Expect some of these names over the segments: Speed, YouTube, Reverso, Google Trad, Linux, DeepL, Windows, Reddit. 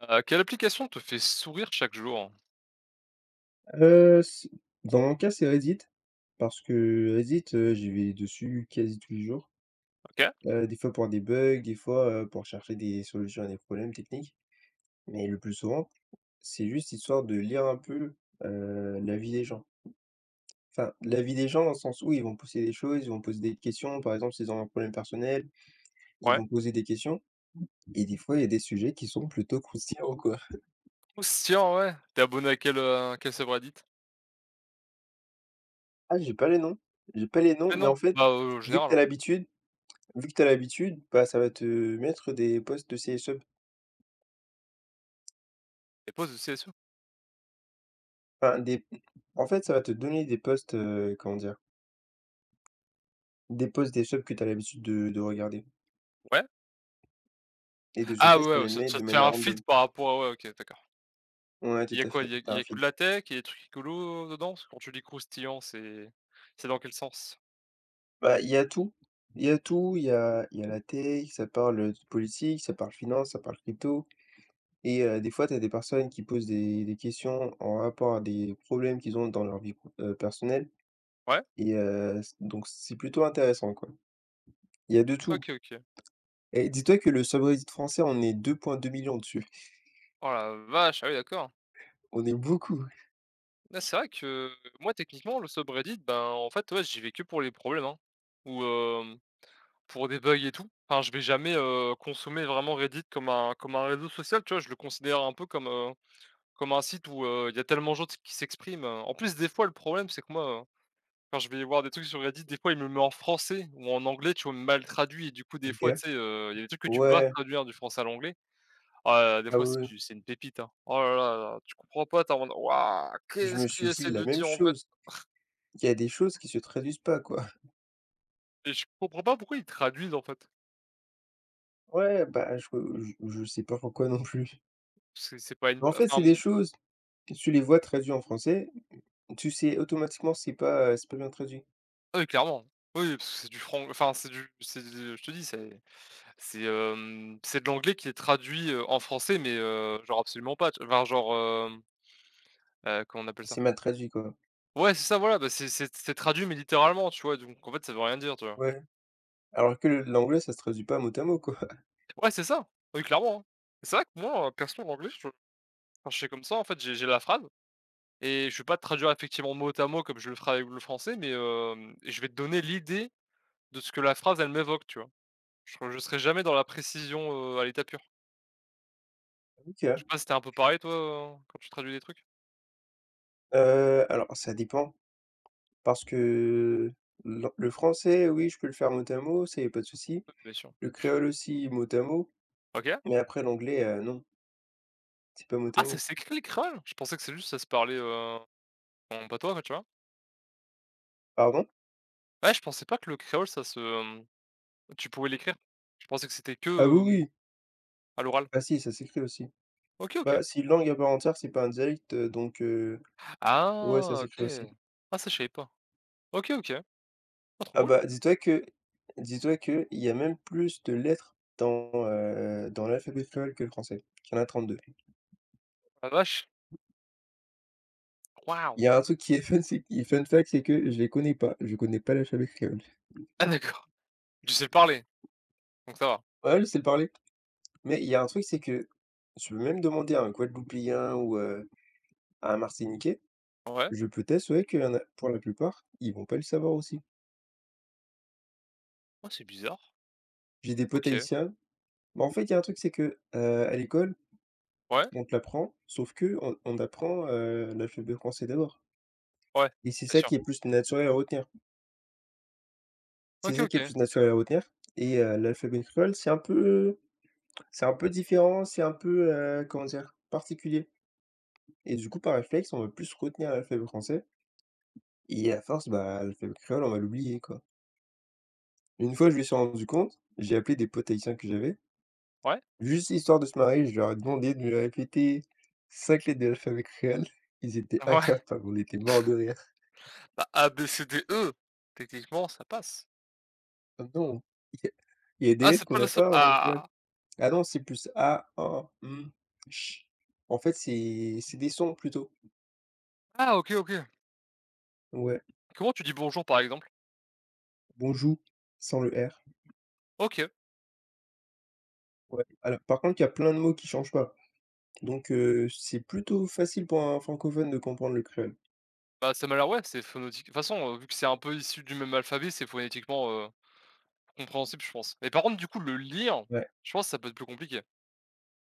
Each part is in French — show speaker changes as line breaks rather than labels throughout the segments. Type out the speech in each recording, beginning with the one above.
Quelle application te fait sourire chaque jour?
S Dans mon cas, c'est Reddit, parce que Reddit, j'y vais dessus quasi tous les jours.
OK,
Des fois pour des bugs, des fois, pour chercher des solutions à des problèmes techniques, mais le plus souvent, c'est juste histoire de lire un peu, la vie des gens. Enfin, la vie des gens dans le sens où ils vont poster des choses, ils vont poser des questions, par exemple, s'ils ont un problème personnel, ils
ouais.
vont poser des questions et des fois, il y a des sujets qui sont plutôt croustillants, quoi.
Croustillant, ouais. T'es abonné à quel subreddit?
Ah, j'ai pas les noms, j'ai pas les noms,
Ah
mais
non,
en fait,
bah, en
vu que
général,
t'as
hein.
l'habitude vu que tu as l'habitude, bah, ça va te mettre des postes de ces subs.
Les posts de CSO?
Enfin, en fait, ça va te donner des postes, comment dire? Des posts des subs que tu as l'habitude de regarder
Ouais.
et de ce
Ah,
fait,
ouais,
ça
ouais,
les
ça te
met
ça
de
te fait
manière
un feed
random.
par rapport à ouais, OK, d'accord.
Ouais,
Il
tout
y a
à
quoi? Il
fait,
y a il
t'as
y
un
a que de
feed.
la tech? Il y a des trucs écolos dedans? Parce que quand tu dis croustillant, c'est dans quel sens?
Bah, il y a tout, il y a tout, il y a la tech, ça parle, de politique, ça parle finance, ça parle crypto et des fois, tu as des personnes qui posent des questions en rapport à des problèmes qu'ils ont dans leur vie, personnelle
Ouais?
et c donc c'est plutôt intéressant, quoi. Il y a de tout.
OK, OK.
Et dis-toi que le subreddit français, on est 2,2 millions dessus.
Oh la vache! Ah, oui, d'accord.
On est beaucoup.
Ah, c'est vrai que moi, techniquement, le subreddit, ben, en fait, ouais, j'y vais que pour les problèmes, hein, ou, hem pour des bugs et tout. Enfin, je vais jamais, consommer vraiment Reddit comme un réseau social, tu vois? Je le considère un peu comme un site où, il y a tellement de gens qui s'expriment. En plus, des fois, le problème, c'est que moi, quand je vais voir des trucs sur Reddit, des fois, il me le met en français ou en anglais, tu vois? Mal traduit et du coup, des fois,
OK.
tu sais, il y a des trucs que tu peux pas
Ouais.
traduire du français à l'anglais. Ah, là là, des
Ah
fois, c'est
oui, oui.
tu c'est une pépite, hein. Oh là là là, tu comprends pas, t'as, en mode: «Waouh,
Je
qu'est-ce
me
qu'il
suis dit
essaie
la
de
même
dire, en fait?»
chose. Il y a des choses qui se traduisent pas, quoi.
Et je comprends pas pourquoi il traduisent, en fait.
Ouais, bah, je sais pas pourquoi non plus.
C'est pas une,
Mais en fait,
enfin.
c'est des choses que tu les vois traduits en français, tu sais automatiquement c'est pas bien traduit.
Ah, oui, clairement. Oui, oui, parce que c'est du je te dis, c'est de l'anglais qui est traduit, en français, mais, genre absolument pas, tu, enfin genre, comment on appelle ça?
C'est mal traduit, quoi.
Ouais, c'est ça, voilà, bah, c'est traduit, mais littéralement, tu vois? Donc en fait, ça veut rien dire, tu vois?
Ouais. Alors que l'anglais, ça se traduit pas mot à mot, quoi.
Ouais, c'est ça. Oui, clairement, hein. C'est vrai que moi, perso, l'anglais, je quand je fais comme ça, en fait, j'ai la phrase et je vais pas te traduire effectivement mot à mot comme je le ferais avec le français, mais, je vais te donner l'idée de ce que la phrase, elle m'évoque, tu vois? Je serai jamais dans la précision, à l'état pur. Je
OK.
sais pas si un peu pareil toi, quand tu traduis des trucs?
Alors ça dépend parce que l'an le français, oui, je peux le faire mot à mot, ça, y a pas de souci.
Oui, bien sûr.
Le créole aussi, mot à mot,
OK.
mais après l'anglais, non, c'est pas mot à
Ah, ça
mot.
s'écrit le créole? Je pensais que c'est juste ça se parlait, en patois, quoi, tu vois?
Pardon?
Ouais, je pensais pas que le créole tu pouvais l'écrire. Je pensais que c'était
Ah oui,
que,
oui,
à l'oral.
ah si, ça s'écrit aussi.
OK, OK.
Bah, c'est une langue à part entière, c'est pas un dialecte, donc ouais, ça
Ah, OK.
s'écrit aussi.
Ah, ça je savais pas. OK, OK. Ah, trop
Ah
cool.
bah, dis-toi que il y a même plus de lettres dans, dans l'alphabet créole que le français. Il y en a 32.
La vache. Waouh!
Il y a un truc qui est fun, fact, c'est que je connais pas l'alphabet créole.
Ah, d'accord. Tu sais le parler, donc ça va.
Ouais, je sais le parler, mais il y a un truc, c'est que tu peux même demander à un Guadeloupéen ou à un Martiniquais.
Ouais.
Je peux t'assurer qu'il y en a pour la plupart, ils vont pas le savoir aussi.
Ah, c'est bizarre.
J'ai des potes
OK.
haïtiens, mais en fait, il y a un truc, c'est que, à l'école,
Ouais,
on te l'apprend, sauf que on apprend, l'alphabet français d'abord
ouais,
et c'est
bien
ça
sûr.
qui est plus naturel à retenir. C'est
OK,
ça qui est
OK.
plus naturel à retenir et l'alphabet créole, c'est un peu différent, c'est un peu, comment dire? Particulier. Et du coup, par réflexe, on va plus retenir l'alphabet français et à force, bah, l'alphabet créole, on va l'oublier, quoi. Une fois, je me suis rendu compte, j'ai appelé des potes haïtiens que j'avais.
Ouais,
Juste histoire de se marier, je leur ai demandé de me répéter 5 lettres de l'alphabet créole. Ils étaient
ouais.
incapables, on était morts de rire.
Bah, A, B, C, D, E, techniquement ça passe.
Ah non, il y a il y a des
Ah,
lettres
c'est
qu'on
pas la
n'a
seule,
pas en créole.
ah!
Ah non, c'est plus A, A, M, CH. En fait, c'est des sons plutôt.
Ah, OK, OK.
Ouais.
Comment tu dis «bonjour», par exemple?
Bonjour, sans le R.
OK,
Ouais. Alors, par contre, il y a plein de mots qui changent pas. Donc, c'est plutôt facile pour un francophone de comprendre le créole.
bah, ça m'a l'air, ouais, c'est phonétique. De toute façon, vu que c'est un peu issu du même alphabet, c'est phonétiquement, compréhensible, je pense. Mais par contre, du coup, le lire,
Ouais.
je pense que ça peut être plus compliqué.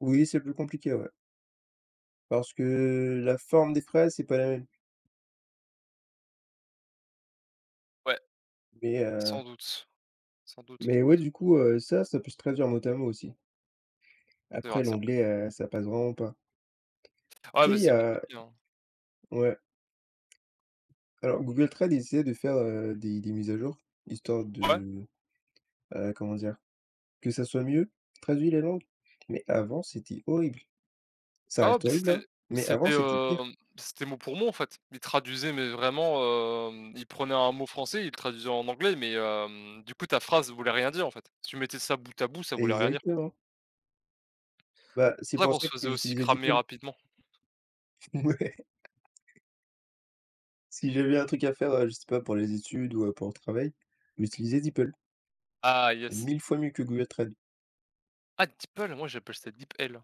Oui, c'est plus compliqué, ouais. Parce que la forme des phrases, c'est pas la même.
Ouais,
Mais
sans
heu
doute, sans doute, sans
Mais ouais,
doute.
du coup, ça, ça peut se traduire mot à mot aussi.
C'est vrai,
Après
c'est vrai.
l'anglais, ça passe vraiment pas.
Ouais,
Tu
bah,
sais, il y
c'est
a
compliqué, hein.
ouais. Alors Google Trad essayait de faire, des mises à jour, histoire
Ouais.
de, comment dire? Que ça soit mieux traduit les langues, mais avant c'était horrible. Ça
Ah, ouais,
reste
bah,
horrible,
c'était
hein, mais avant
c'était,
c'était pire.
hem, c'était mot pour mot, en fait. Il traduisait, mais vraiment, il prenait un mot français, il le traduisait en anglais, mais, du coup, ta phrase voulait rien dire, en fait. Si tu mettais ça bout à bout, ça voulait rien dire.
Exactement. Bah,
C'est
c'est
pour ça
pour
qu'on se
ça que
faisait aussi
j'utilisais
cramer
DeepL.
rapidement.
Ouais. Si j'avais un truc à faire, je sais pas pour les études ou, pour le travail, j'utilisais DeepL.
Ah,
C'est
yes.
1000 fois mieux que Google Trad.
Ah, DeepL, moi j'appelle ça DeepL.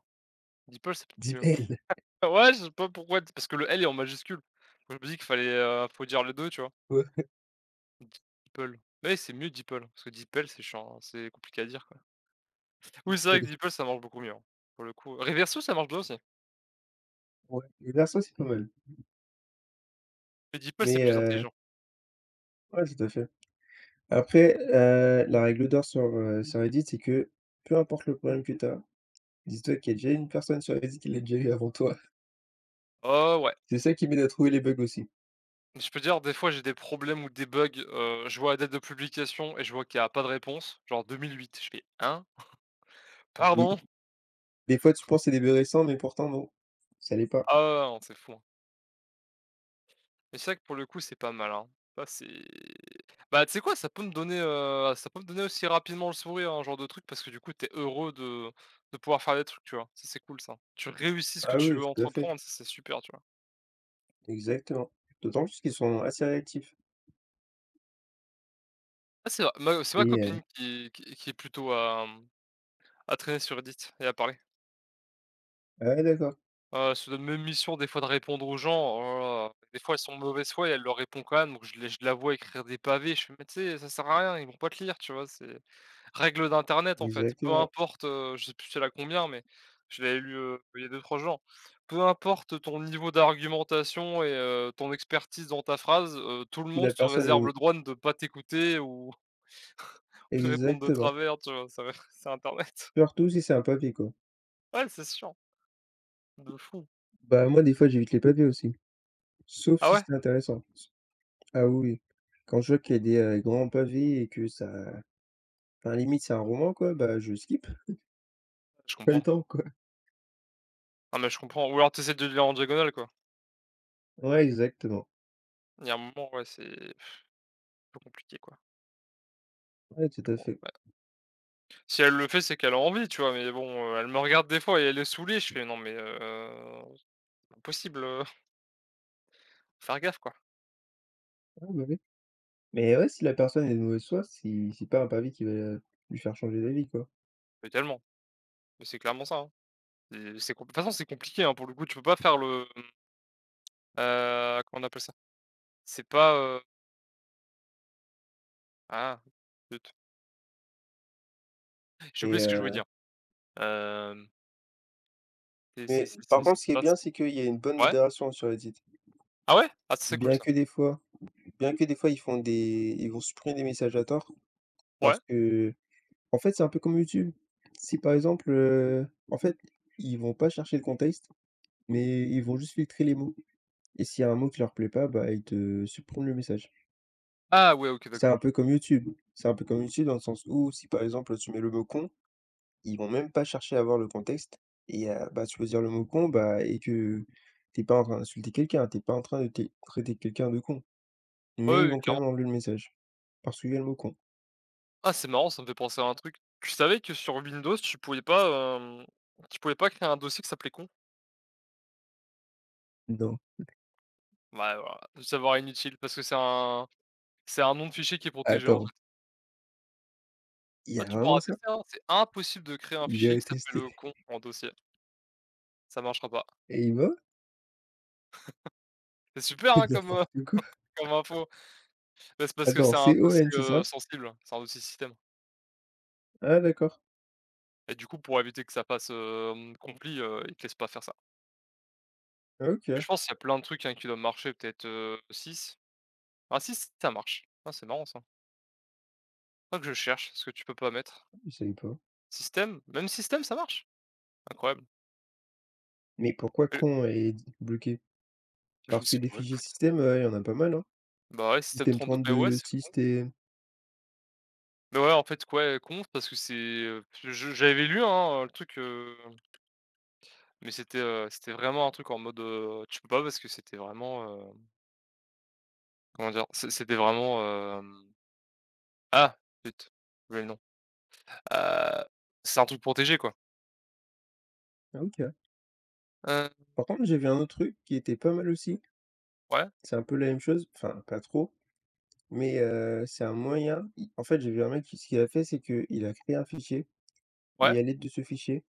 DeepL c'est peut-être mieux.
DeepL.
Ouais, je sais pas pourquoi, parce que le L est en majuscule. Je me dis qu'il fallait, faut dire les 2, tu vois?
Ouais.
DeepL. Mais c'est mieux DeepL, parce que DeepL c'est chiant, hein, c'est compliqué à dire, quoi. Oui, c'est vrai que DeepL ça marche beaucoup mieux, hein, pour le coup. Reverso ça marche bien aussi,
Ouais. Et verso, c'est pas mal.
mais DeepL c'est
Mais
plus intelligent.
ouais, tout à fait. Après, la règle d'or sur Reddit, c'est que peu importe le problème que tu as, dis-toi qu'il y a déjà une personne sur Reddit qui l'a déjà eu avant toi.
Oh, ouais,
C'est ça qui m'aide à trouver les bugs aussi.
je peux dire des fois j'ai des problèmes ou des bugs, je vois la date de publication et je vois qu'il y a pas de réponse, genre 2008. Je fais: un.
Ah oui,
Pardon?»
des fois, tu penses que c'est des bugs récents, mais pourtant non, ça l'est pas.
Ah, ouais, non, c'est fou, hein. Mais c'est vrai que pour le coup, c'est pas mal, hein. Ça, c'est, bah, tu sais quoi? Ça peut me donner aussi rapidement le sourire, un genre de truc, parce que du coup, t'es heureux de pouvoir faire des trucs, tu vois? Ça, c'est cool, ça. Tu réussis ce que
Ah
tu
oui,
veux
tout à fait,
entreprendre, ça, c'est super, tu vois?
exactement. D'autant plus qu'ils sont assez réactifs
Ah, c'est vrai, ma c'est ma
et
copine qui est plutôt à traîner sur Reddit et à parler.
ah ouais, d'accord,
Se donne même mission des fois de répondre aux gens, oh là là, des fois elles sont de mauvaise foi et elle leur répond quand même, donc je la vois écrire des pavés, je fais: «Mais tu sais, ça sert à rien, ils vont pas te lire», tu vois? C'est règle d'internet en fait, peu
exactement.
importe, je sais plus celle à combien, mais je l'avais lu, il y a deux trois jours. Peu importe ton niveau d'argumentation et ton expertise dans ta phrase, tout le
Si
monde
la
se
personne
réserve le
est
droit de ne pas t'écouter ou de répondre de
Exactement,
travers, tu vois? Ça c'est internet.
surtout si c'est un papier, quoi.
Ouais, c'est sûr, de fou.
Bah, moi, des fois, j'évite les papiers aussi, sauf
Ah,
si
ouais?
c'est intéressant. Ah oui, oui. Quand je vois qu'il y a des, grands pavés et que ça enfin limite c'est un roman quoi, bah, je skip,
Je
pas le
comprends.
temps quoi.
Ah, mais je comprends, ou alors t'essaies de le lire en diagonale, quoi.
Ouais exactement,
Il y a un moment, ouais, c'est plus compliqué, quoi.
ouais tout
Mais
à
bon,
fait.
ouais. Si elle le fait, c'est qu'elle a envie, tu vois? Mais bon, elle me regarde des fois et elle est saoulée, je fais: «Non mais, impossible, faire gaffe, quoi».
Ouais, bah, oui. Mais ouais, si la personne est de mauvaise foi, c'est pas un pavé qui va lui faire changer d'avis quoi.
Totalement, mais c'est clairement ça, hein. C'est com De toute façon, c'est compliqué, hein, pour le coup, tu peux pas faire le, mmh, comment on appelle ça? C'est pas, ah, zut, j'ai
Mais,
oublié ce que je voulais
heu,
dire. Hem,
mais par
c'est
contre, ce qui est
pas,
bien, c'est qu'il y a une bonne
ouais?
modération sur Reddit.
Ah, ouais? Ah, ça, c'est cool,
Bien
ça.
que des fois bien que des fois ils vont supprimer des messages à tort
Ouais?
parce que en fait, c'est un peu comme YouTube. Si par exemple, en fait, ils vont pas chercher le contexte, mais ils vont juste filtrer les mots. Et s'il y a un mot qui leur plaît pas, bah, ils te suppriment le message.
Ah, ouais, OK,
C'est un
d'accord.
peu comme YouTube. C'est un peu comme YouTube dans le sens où si, par exemple, tu mets le mot «con», ils vont même pas chercher à voir le contexte et bah, tu peux dire le mot «con», bah, et que t'es pas en train d'insulter quelqu'un, t'es pas en train de té traiter quelqu'un de con.
Ouais,
Mais ils
ouais,
vont quand
clairement.
même enlever le message parce qu'il y a le mot «con».
Ah, c'est marrant, ça me fait penser à un truc. Tu savais que sur Windows, tu pouvais pas créer un dossier qui s'appelait «con»?
Non,
Bah, voilà, le savoir inutile parce que c'est un nom de fichier qui est protégé, en fait.
attends, il y
Ah,
a
tu
vraiment
pourras
ça?
tester, hein, c'est impossible de créer un fichier
J'ai
qui s'appelle,
testé
«con» en dossier, ça marchera pas.
et il va
C'est super, hein, comme,
n'importe quoi.
comme info. Bah, c'est parce que
Attends,
c'est un
c'est o
dossier,
n c'est ça?
sensible, c'est un dossier système
Ah d'accord,
et du coup, pour éviter que ça passe, ils te laissent pas faire ça. Mais
OK,
je pense il y a plein de trucs, hein, qui doivent marcher peut-être, 6. Ah, six ça marche. Ah, c'est marrant, ça. Faudrait que je cherche ce que tu peux pas mettre.
je savais pas.
Système? Même système, ça marche? Incroyable.
Mais pourquoi
Et
«con» est bloqué?
je
Parce que
sais
des
pas,
fichiers
écoute.
système, il y en a pas mal, hein.
Bah, ouais, système
Système
32, bah, ouais,
deux
c'est,
système.
mais ouais, en fait, ouais, conf parce que c'est, je j'avais lu, hein, le truc, mais c'était, c'était vraiment un truc en mode, tu peux pas parce que c'était vraiment, comment dire? C'était vraiment, hem, ah, zut, j'ai oublié le nom. Heu, c'est un truc protégé, quoi.
Ah OK.
Heu,
Par contre, j'ai vu un autre truc qui était pas mal aussi.
ouais,
C'est un peu la même chose, enfin pas trop, mais c'est un moyen i en fait, j'ai vu un mec qui ce qu'il a fait, c'est qu'il a créé un fichier
ouais,
et à l'aide de ce fichier.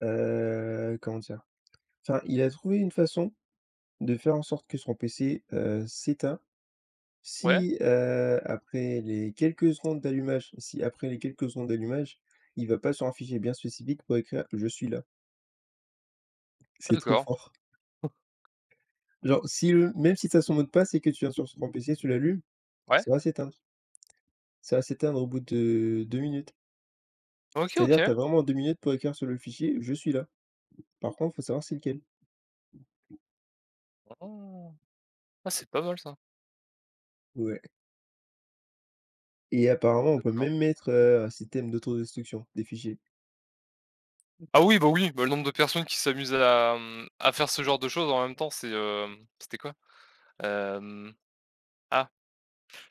Comment dire? Enfin, il a trouvé une façon de faire en sorte que son PC, s'éteint
ouais,
si, après les quelques secondes d'allumage si après les quelques secondes d'allumage, il va pas sur un fichier bien spécifique pour écrire: «Je suis là».
ah,
C'est trop
d'accord.
fort. Genre, si le même si tu as son mot de passe et que tu viens sur ton PC, tu l'allumes,
Ouais,
ça va s'éteindre. Ça va s'éteindre au bout de 2 minutes.
OK,
C'est-à-dire, tu
OK.
as vraiment 2 minutes pour écrire sur le fichier: «Je suis là». Par contre, faut savoir c'est lequel.
Oh! Ah, c'est pas mal, ça.
Ouais et
Ah,
apparemment, on peut
d'accord.
même mettre, un système d'autodestruction des fichiers.
Ah, oui, bah, oui, bah, le nombre de personnes qui s'amusent à faire ce genre de choses en même temps, c'est, c'était quoi? Hem, ah,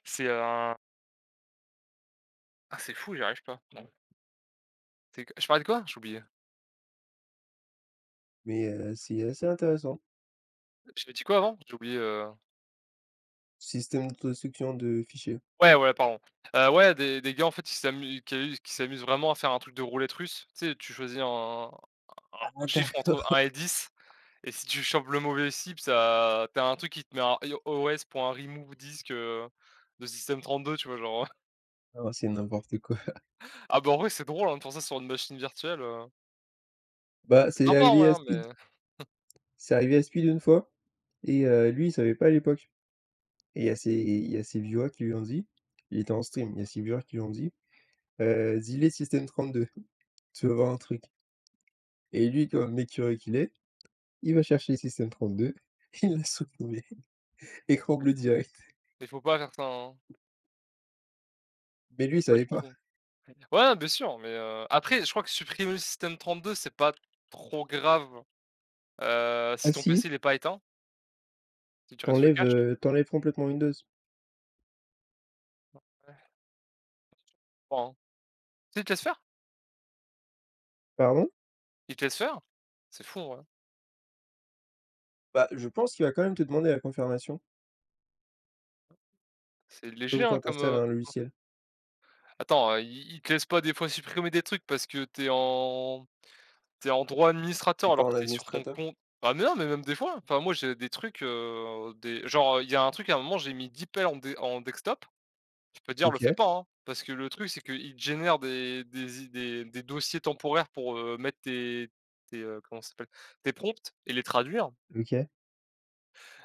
c'est un, ah, c'est fou, j'y arrive pas. Non. C'est, je parlais de quoi? J'ai oublié.
Mais c'est assez intéressant.
J'avais dit quoi avant? J'ai oublié,
Système d'autodestruction de fichiers.
ouais, ouais, pardon. Ouais, des gars, en fait, qui s'amusent, qui s'amusent vraiment à faire un truc de roulette russe. Tu sais, tu choisis un un
Ah
un chiffre entre
d'accord.
un et 10, et si tu chopes le mauvais cible, ça t'as un truc qui te met un iOS pour un remove disque, de système 32, tu vois? Genre.
Non, c'est n'importe quoi.
Ah, bah, en vrai, c'est drôle, hein, de faire ça sur une machine virtuelle,
Bah,
c'est
c'est
sympa en
arrivé
vrai,
à
hein,
Speed.
mais
C'est arrivé à Speed une fois et lui, il savait pas à l'époque et il y a ses viewers qui lui ont dit il était en stream, il y a ses viewers qui lui ont dit: dis-les système 32, tu vas voir un truc» et lui, comme mec curieux qu'il est, il va chercher système 32, il l'a supprimé. Écran
mais
bleu direct.
faut pas faire ça, hein,
Mais lui,
faut
il
pas du
savait pas.
tout, hein. Ouais, bien sûr, mais après, je crois que supprimer le système 32, c'est pas trop grave, si
Ah
ton PC
si,
il est pas éteint, si tu restes le cache,
t'enlèves enlèves, complètement Windows.
ouais, je crois, hein. Si, il te laisse faire,
Pardon?
il te laisse faire. C'est fou, en vrai.
Bah, je pense qu'il va quand même te demander la confirmation.
C'est léger,
Comme
hein,
quand tu
comme,
installes un logiciel?
attends, ils te laissent pas des fois supprimer des trucs parce que tu es en t'es en droit
Tu es
administrateur
pas
alors que
un
t'es sur ton
administrateur?
compte. Ah, mais non, mais même des fois, enfin moi j'ai des trucs, des genre, il y a un truc à un moment j'ai mis 10 pelles en de en desktop. Je peux te dire le fais
OK,
pas, hein, parce que le truc c'est qu'il te génère des i des dossiers temporaires pour, mettre tes, comment ça s'appelle? Tes prompts et les traduire.
OK.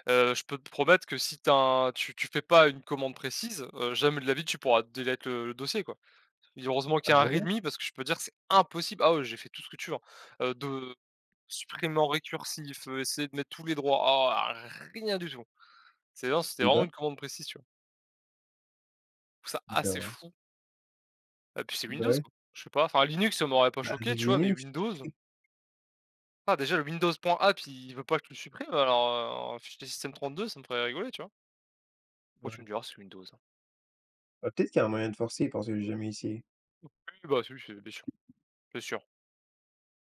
Je peux te promettre que si t'as un tu fais pas une commande précise, jamais de la vie tu pourras delete le dossier, quoi. Et heureusement qu'il y a
Ah
un
ouais?
readme parce que je peux te dire que c'est impossible. Ah, ouais, j'ai fait tout ce que tu veux, hein, de Supprimant récursif, essayer de mettre tous les droits, ah, rien du tout. C'est non, c'était
Et
vraiment
bah,
une commande précise, tu vois? Je trouve ça assez
d'accord.
fou, puis c'est
Bah
Windows,
ouais,
quoi. Je sais pas, enfin Linux ça m'aurait pas
bah
choqué,
avec
tu vois? Mais
Linux.
Windows, ah, déjà le Windows.app il veut pas que tu le supprimes alors, un fichier système32 ça me ferait rigoler, tu vois? Pourquoi tu me
Ouais.
diras, c'est Windows, hein.
Bah, peut-être qu'il y a un moyen de forcer parce que j'ai jamais essayé.
Oui, bah, si, c'est, bien sûr, bien sûr.